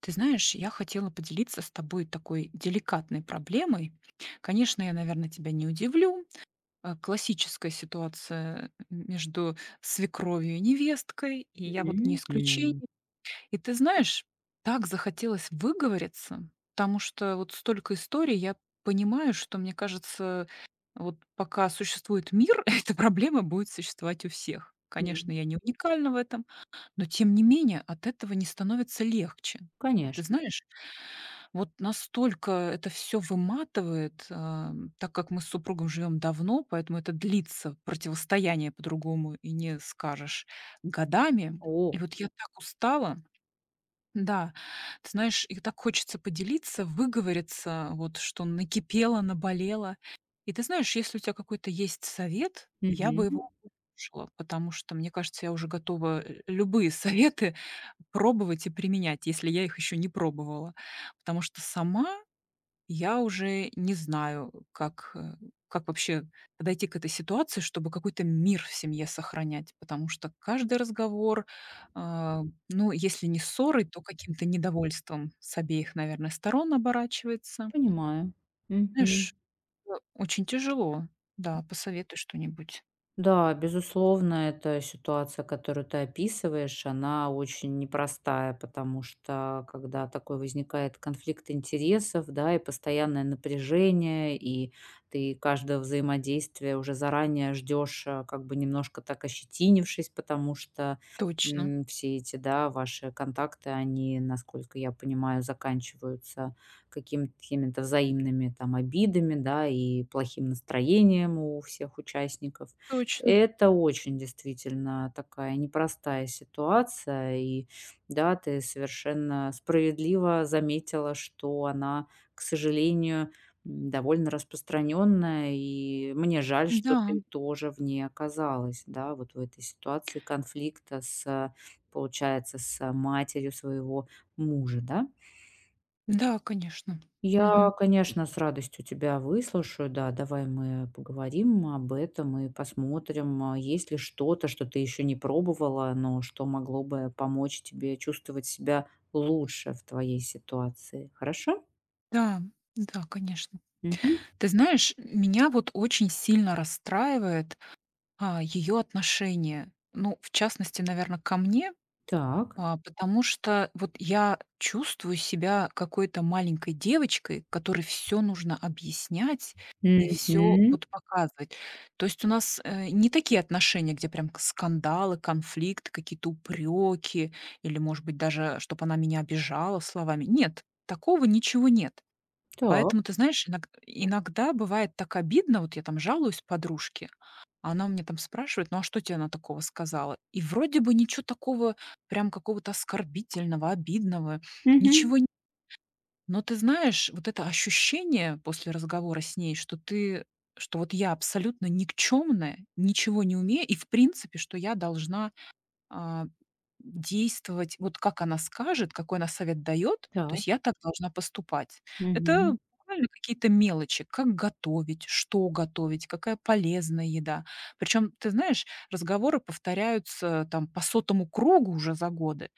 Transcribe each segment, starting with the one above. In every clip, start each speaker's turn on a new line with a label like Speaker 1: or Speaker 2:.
Speaker 1: Ты знаешь, я хотела поделиться с тобой такой деликатной проблемой. Конечно, я, наверное, тебя не удивлю. Классическая ситуация между свекровью и невесткой, и я вот не исключение.
Speaker 2: Мгм.
Speaker 1: И ты знаешь, так захотелось выговориться, потому что вот столько историй, я понимаю, что, мне кажется, вот пока существует мир, эта проблема будет существовать у всех. Конечно,
Speaker 2: И,
Speaker 1: я не уникальна в этом, но тем не менее от этого не становится легче. Ты
Speaker 2: конечно.
Speaker 1: знаешь, вот настолько это все выматывает, а, так как мы с супругом живем давно, поэтому это длится, противостояние по-другому и не скажешь, годами. И
Speaker 2: О,
Speaker 1: вот я так устала. Да, ты знаешь, и так хочется поделиться, выговориться, вот что накипело, наболело. И ты знаешь, если у тебя какой-то есть совет, я бы его
Speaker 2: мгм.
Speaker 1: послушала, потому что, мне кажется, я уже готова любые советы пробовать и применять, если я их еще не пробовала. Потому что сама я уже не знаю, как, как вообще подойти к этой ситуации, чтобы какой-то мир в семье сохранять, потому что каждый разговор, а, ну, если не ссорой, то каким-то недовольством с обеих, наверное, сторон оборачивается.
Speaker 2: Понимаю. Мгм.
Speaker 1: Знаешь, очень тяжело. Да, посоветуй что-нибудь.
Speaker 2: Да, безусловно, эта ситуация, которую ты описываешь, она очень непростая, потому что когда такой возникает конфликт интересов, да, и постоянное напряжение, и ты каждое взаимодействие уже заранее ждешь, как бы немножко так ощетинившись, потому что
Speaker 1: Точно,
Speaker 2: все эти, да, ваши контакты, они, насколько я понимаю, заканчиваются какими-то взаимными там обидами, да, и плохим настроением у всех участников.
Speaker 1: точно.
Speaker 2: Это очень действительно такая непростая ситуация. И да, ты совершенно справедливо заметила, что она, к сожалению, довольно распространенная. И мне жаль, что
Speaker 1: Да,
Speaker 2: ты тоже в ней оказалась, да, вот в этой ситуации конфликта с, получается, с матерью своего мужа, да?
Speaker 1: да, конечно.
Speaker 2: Я,
Speaker 1: Мгм.
Speaker 2: конечно, с радостью тебя выслушаю. Да, давай мы поговорим об этом и посмотрим, есть ли что-то, что ты еще не пробовала, но что могло бы помочь тебе чувствовать себя лучше в твоей ситуации. Хорошо?
Speaker 1: Да, да, конечно.
Speaker 2: Мгм.
Speaker 1: Ты знаешь, меня вот очень сильно расстраивает, а, ее отношение. Ну, в частности, наверное, ко мне,
Speaker 2: Так.
Speaker 1: а, потому что вот я чувствую себя какой-то маленькой девочкой, которой все нужно объяснять и все
Speaker 2: Мгм.
Speaker 1: вот показывать. То есть у нас, не такие отношения, где прям к скандалы, конфликты, какие-то упреки или, может быть, даже чтобы она меня обижала словами. Нет, такого ничего нет.
Speaker 2: Так.
Speaker 1: Поэтому, ты знаешь, иногда бывает так обидно, вот я там жалуюсь подружке, она у меня там спрашивает: "Ну, а что тебе она такого сказала?" И вроде бы ничего такого прям какого-то оскорбительного, обидного,
Speaker 2: Мгм.
Speaker 1: ничего не. Но ты знаешь, вот это ощущение после разговора с ней, что вот я абсолютно никчемная, ничего не умею и, в принципе, что я должна, а действовать, вот как она скажет, какой она совет дает, то
Speaker 2: Так.
Speaker 1: есть я так должна поступать. Это
Speaker 2: Мгм.
Speaker 1: буквально какие-то мелочи, как готовить, что готовить, какая полезная еда. Причем, ты знаешь, разговоры повторяются там по сотому кругу уже за годы.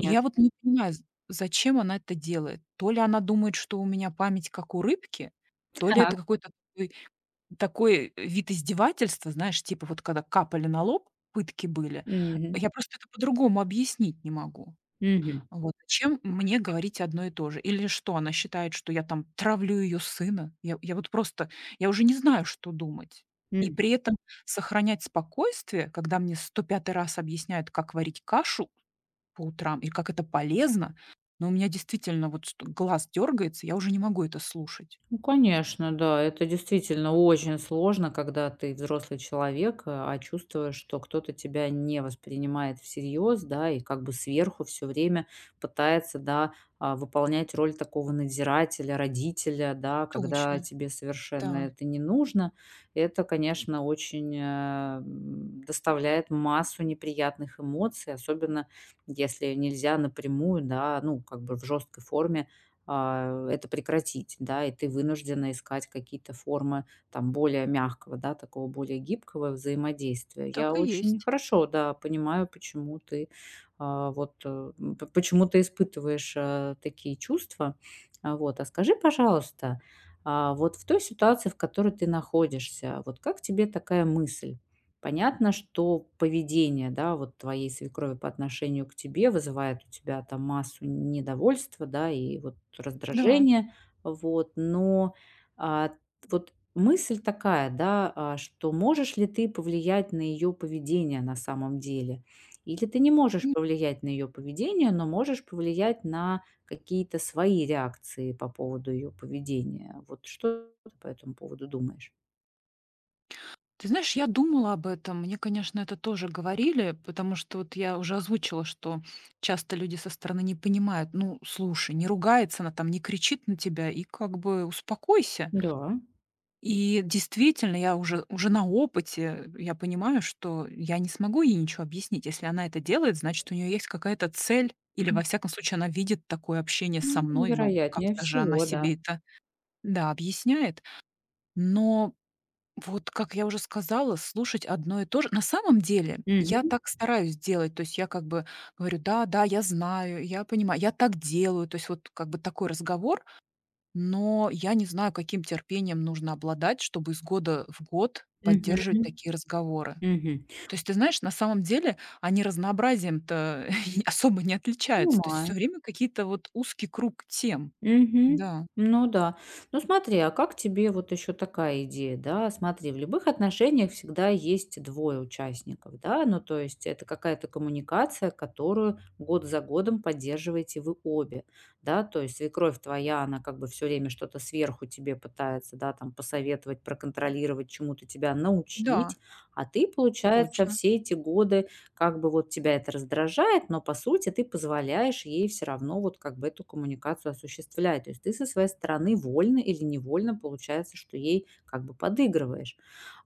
Speaker 1: И я вот не понимаю, зачем она это делает. То ли она думает, что у меня память как у рыбки, то ли это
Speaker 2: Так.
Speaker 1: какой-то такой вид издевательства, знаешь, типа вот когда капали на лоб, пытки были.
Speaker 2: Мгм.
Speaker 1: Я просто это по-другому объяснить не могу.
Speaker 2: Мгм.
Speaker 1: Вот чем мне говорить одно и то же? Или что, она считает, что я там травлю ее сына? Я вот просто я уже не знаю, что думать. И
Speaker 2: Мгм.
Speaker 1: при этом сохранять спокойствие, когда мне сто пятый раз объясняют, как варить кашу по утрам и как это полезно, но у меня действительно вот что глаз дергается, я уже не могу это слушать.
Speaker 2: Ну, конечно, да. Это действительно очень сложно, когда ты взрослый человек, а чувствуешь, что кто-то тебя не воспринимает всерьез, да, и как бы сверху все время пытается, да, выполнять роль такого надзирателя, родителя, да, когда
Speaker 1: Точно,
Speaker 2: тебе совершенно
Speaker 1: да.
Speaker 2: это не нужно. Это, конечно, очень доставляет массу неприятных эмоций, особенно если нельзя напрямую, да, ну, как бы в жесткой форме это прекратить, да, и ты вынуждена искать какие-то формы там более мягкого, да, такого более гибкого взаимодействия. Я
Speaker 1: Так и
Speaker 2: очень
Speaker 1: есть.
Speaker 2: хорошо, да, понимаю, почему ты вот почему ты испытываешь такие чувства. Вот, скажи, пожалуйста, вот в той ситуации, в которой ты находишься, вот как тебе такая мысль? Понятно, что поведение, да, вот твоей свекрови по отношению к тебе вызывает у тебя там массу недовольства, да, и вот
Speaker 1: Да.
Speaker 2: раздражения, вот, но, а, вот мысль такая, да, что можешь ли ты повлиять на ее поведение на самом деле? Или ты не можешь повлиять на ее поведение, но можешь повлиять на какие-то свои реакции по поводу ее поведения? Вот что ты по этому поводу думаешь?
Speaker 1: Ты знаешь, я думала об этом. Мне, конечно, это тоже говорили, потому что вот я уже озвучила, что часто люди со стороны не понимают. Ну, слушай, не ругается она там, не кричит на тебя и как бы успокойся.
Speaker 2: Да.
Speaker 1: И действительно, уже на опыте, я понимаю, что я не смогу ей ничего объяснить. Если она это делает, значит, у нее есть какая-то цель. Или, во всяком случае, она видит такое общение со
Speaker 2: Ну,
Speaker 1: мной, но
Speaker 2: вероятнее
Speaker 1: как-то же она
Speaker 2: всего, да.
Speaker 1: себе это, да, объясняет. Но вот, как я уже сказала, слушать одно и то же. На самом деле, я
Speaker 2: Мгм.
Speaker 1: так стараюсь делать. То есть я как бы говорю: "Да, да, я знаю, я понимаю, я так делаю". То есть вот как бы такой разговор, но я не знаю, каким терпением нужно обладать, чтобы из года в год поддерживать
Speaker 2: Мгм.
Speaker 1: такие разговоры.
Speaker 2: Мгм.
Speaker 1: То есть, ты знаешь, на самом деле они разнообразием-то и особо не отличаются. То есть все
Speaker 2: Понимаю.
Speaker 1: время какие-то вот узкий круг тем.
Speaker 2: Мгм.
Speaker 1: Да,
Speaker 2: Ну да. Ну смотри, а как тебе вот еще такая идея, да? Смотри, в любых отношениях всегда есть двое участников, да? Ну то есть это какая-то коммуникация, которую год за годом поддерживаете вы обе, да? То есть свекровь твоя, она как бы все время что-то сверху тебе пытается, да, там посоветовать, проконтролировать, чему-то тебя
Speaker 1: да,
Speaker 2: научить, а ты, получается,
Speaker 1: точно.
Speaker 2: все эти годы как бы вот тебя это раздражает, но по сути ты позволяешь ей все равно вот как бы эту коммуникацию осуществлять. То есть ты со своей стороны вольно или невольно получается, что ей как бы подыгрываешь.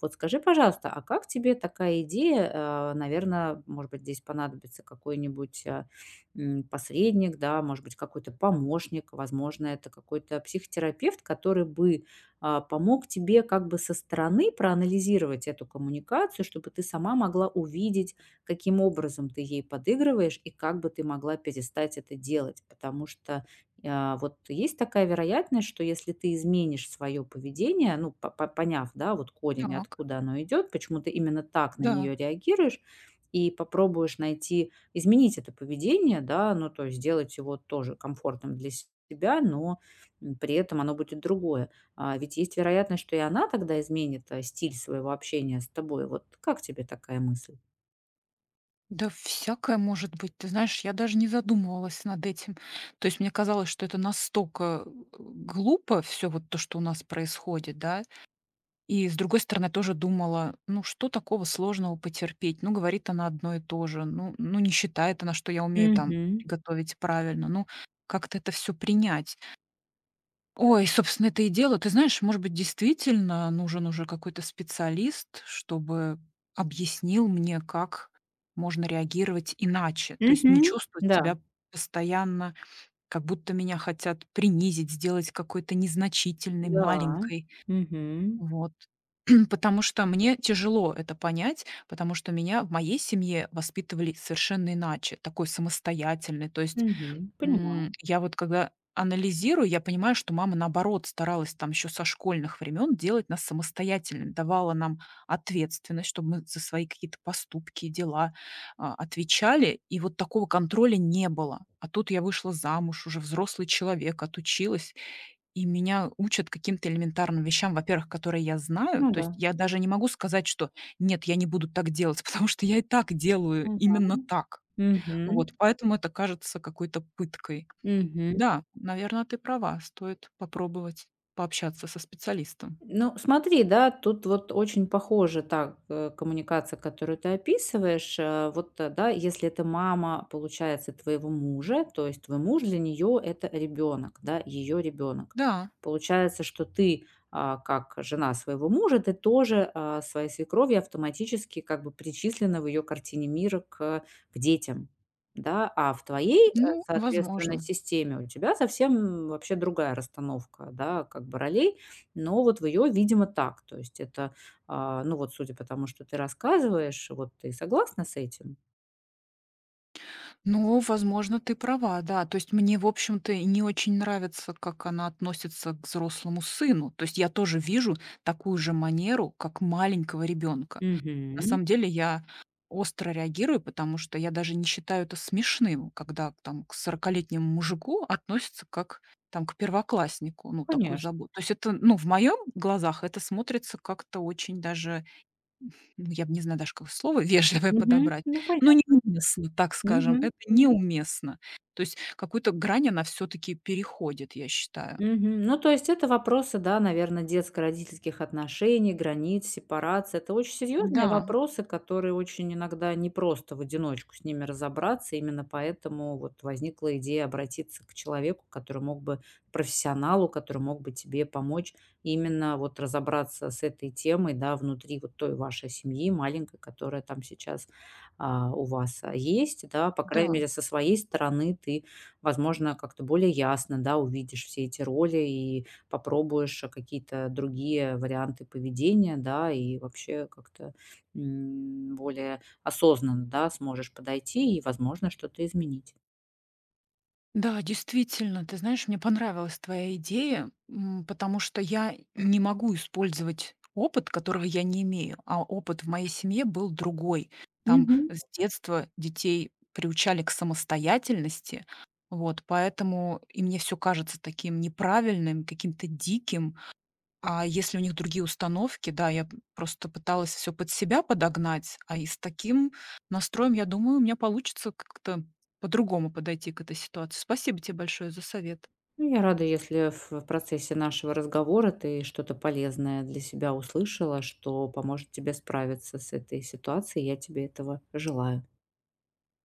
Speaker 2: Вот скажи, пожалуйста, а как тебе такая идея? Наверное, может быть, здесь понадобится какой-нибудь посредник, да, может быть, какой-то помощник, возможно, это какой-то психотерапевт, который бы помог тебе как бы со стороны проанализировать эту коммуникацию, чтобы ты сама могла увидеть, каким образом ты ей подыгрываешь и как бы ты могла перестать это делать. Потому что, вот есть такая вероятность, что если ты изменишь свое поведение, ну, по поняв, да, вот корень,
Speaker 1: Так,
Speaker 2: откуда оно идет, почему ты именно так на
Speaker 1: да.
Speaker 2: нее реагируешь, и попробуешь найти изменить это поведение, да, ну, то есть сделать его тоже комфортным для себя, но, при этом оно будет другое. Ведь есть вероятность, что и она тогда изменит, стиль своего общения с тобой. Вот как тебе такая мысль?
Speaker 1: Да всякое может быть. Ты знаешь, я даже не задумывалась над этим. То есть мне казалось, что это настолько глупо все вот то, что у нас происходит, да. И с другой стороны тоже думала, ну что такого сложного потерпеть? Ну говорит она одно и то же. Ну, не считает она, что я умею там
Speaker 2: Мгм.
Speaker 1: готовить правильно. Ну как-то это все принять. Ой, собственно, это и дело. Ты знаешь, может быть, действительно нужен уже какой-то специалист, чтобы объяснил мне, как можно реагировать иначе. То есть
Speaker 2: Мгм.
Speaker 1: не чувствовать
Speaker 2: Да,
Speaker 1: себя постоянно, как будто меня хотят принизить, сделать какой-то незначительной,
Speaker 2: да.
Speaker 1: маленькой.
Speaker 2: Мгм.
Speaker 1: Вот. Потому что мне тяжело это понять, потому что меня в моей семье воспитывали совершенно иначе, такой самостоятельный. То есть
Speaker 2: Мгм. Понимаю.
Speaker 1: Я вот когда анализирую, я понимаю, что мама, наоборот, старалась там еще со школьных времен делать нас самостоятельными, давала нам ответственность, чтобы мы за свои какие-то поступки и дела, а, отвечали. И вот такого контроля не было. А тут я вышла замуж, уже взрослый человек, отучилась, и меня учат каким-то элементарным вещам, во-первых, которые я знаю.
Speaker 2: Ну
Speaker 1: То есть
Speaker 2: да.
Speaker 1: я даже не могу сказать, что нет, я не буду так делать, потому что я и так делаю
Speaker 2: Мгм.
Speaker 1: именно так.
Speaker 2: Мгм.
Speaker 1: Вот, поэтому это кажется какой-то пыткой.
Speaker 2: Мгм.
Speaker 1: Да, наверное, ты права, стоит попробовать пообщаться со специалистом.
Speaker 2: Ну, смотри, да, тут вот очень похожа та коммуникация, которую ты описываешь. Вот, да, если это мама, получается, твоего мужа, то есть твой муж для нее это ребенок, да, ее ребенок.
Speaker 1: Да,
Speaker 2: Получается, что ты, как жена своего мужа, ты тоже своей свекрови автоматически как бы причислена в ее картине мира к, детям. Да, а в твоей,
Speaker 1: ну,
Speaker 2: соответственно,
Speaker 1: возможно.
Speaker 2: системе у тебя совсем вообще другая расстановка, да, как бы ролей, но вот в ее, видимо, так. То есть это, ну, вот судя по тому, что ты рассказываешь, вот ты согласна с этим?
Speaker 1: Ну, возможно, ты права, да. То есть мне, в общем-то, и не очень нравится, как она относится к взрослому сыну. То есть я тоже вижу такую же манеру, как маленького ребенка. На
Speaker 2: Мгм.
Speaker 1: самом деле я остро реагирую, потому что я даже не считаю это смешным, когда к там к сорокалетнему мужику относятся как там к первокласснику, ну, такую
Speaker 2: Конечно.
Speaker 1: заботу. То есть это, ну, в моем глазах это смотрится как-то очень даже, ну, я бы не знаю даже, какое слово вежливое
Speaker 2: Мгм.
Speaker 1: подобрать,
Speaker 2: Ну,
Speaker 1: но
Speaker 2: понятно.
Speaker 1: неуместно, так скажем,
Speaker 2: Мгм.
Speaker 1: это неуместно. То есть какую-то грань она все таки переходит, я считаю.
Speaker 2: Мгм. Ну, то есть это вопросы, да, наверное, детско-родительских отношений, границ, сепарации. Это очень серьезные
Speaker 1: Да,
Speaker 2: вопросы, которые очень иногда непросто в одиночку с ними разобраться. Именно поэтому вот возникла идея обратиться к человеку, который мог бы, профессионалу, который мог бы тебе помочь именно вот разобраться с этой темой, да, внутри вот той вашей семьи маленькой, которая там сейчас у вас есть, да, по крайней
Speaker 1: да.
Speaker 2: мере, со своей стороны ты. Возможно, как-то более ясно, да, увидишь все эти роли и попробуешь, какие-то другие варианты поведения, да, и вообще как-то, более осознанно, да, сможешь подойти и, возможно, что-то изменить.
Speaker 1: Да, действительно, ты знаешь, мне понравилась твоя идея, потому что я не могу использовать опыт, которого я не имею, а опыт в моей семье был другой. Там
Speaker 2: Мгм.
Speaker 1: с детства детей приучали к самостоятельности, вот, поэтому и мне все кажется таким неправильным, каким-то диким, а если у них другие установки, да, я п просто пыталась все под себя подогнать, а и с таким настроем, я думаю, у меня получится как-то по-другому подойти к этой ситуации. Спасибо тебе большое за совет.
Speaker 2: Ну, я рада, если в процессе нашего разговора ты что-то полезное для себя услышала, что поможет тебе справиться с этой ситуацией. Я тебе этого желаю.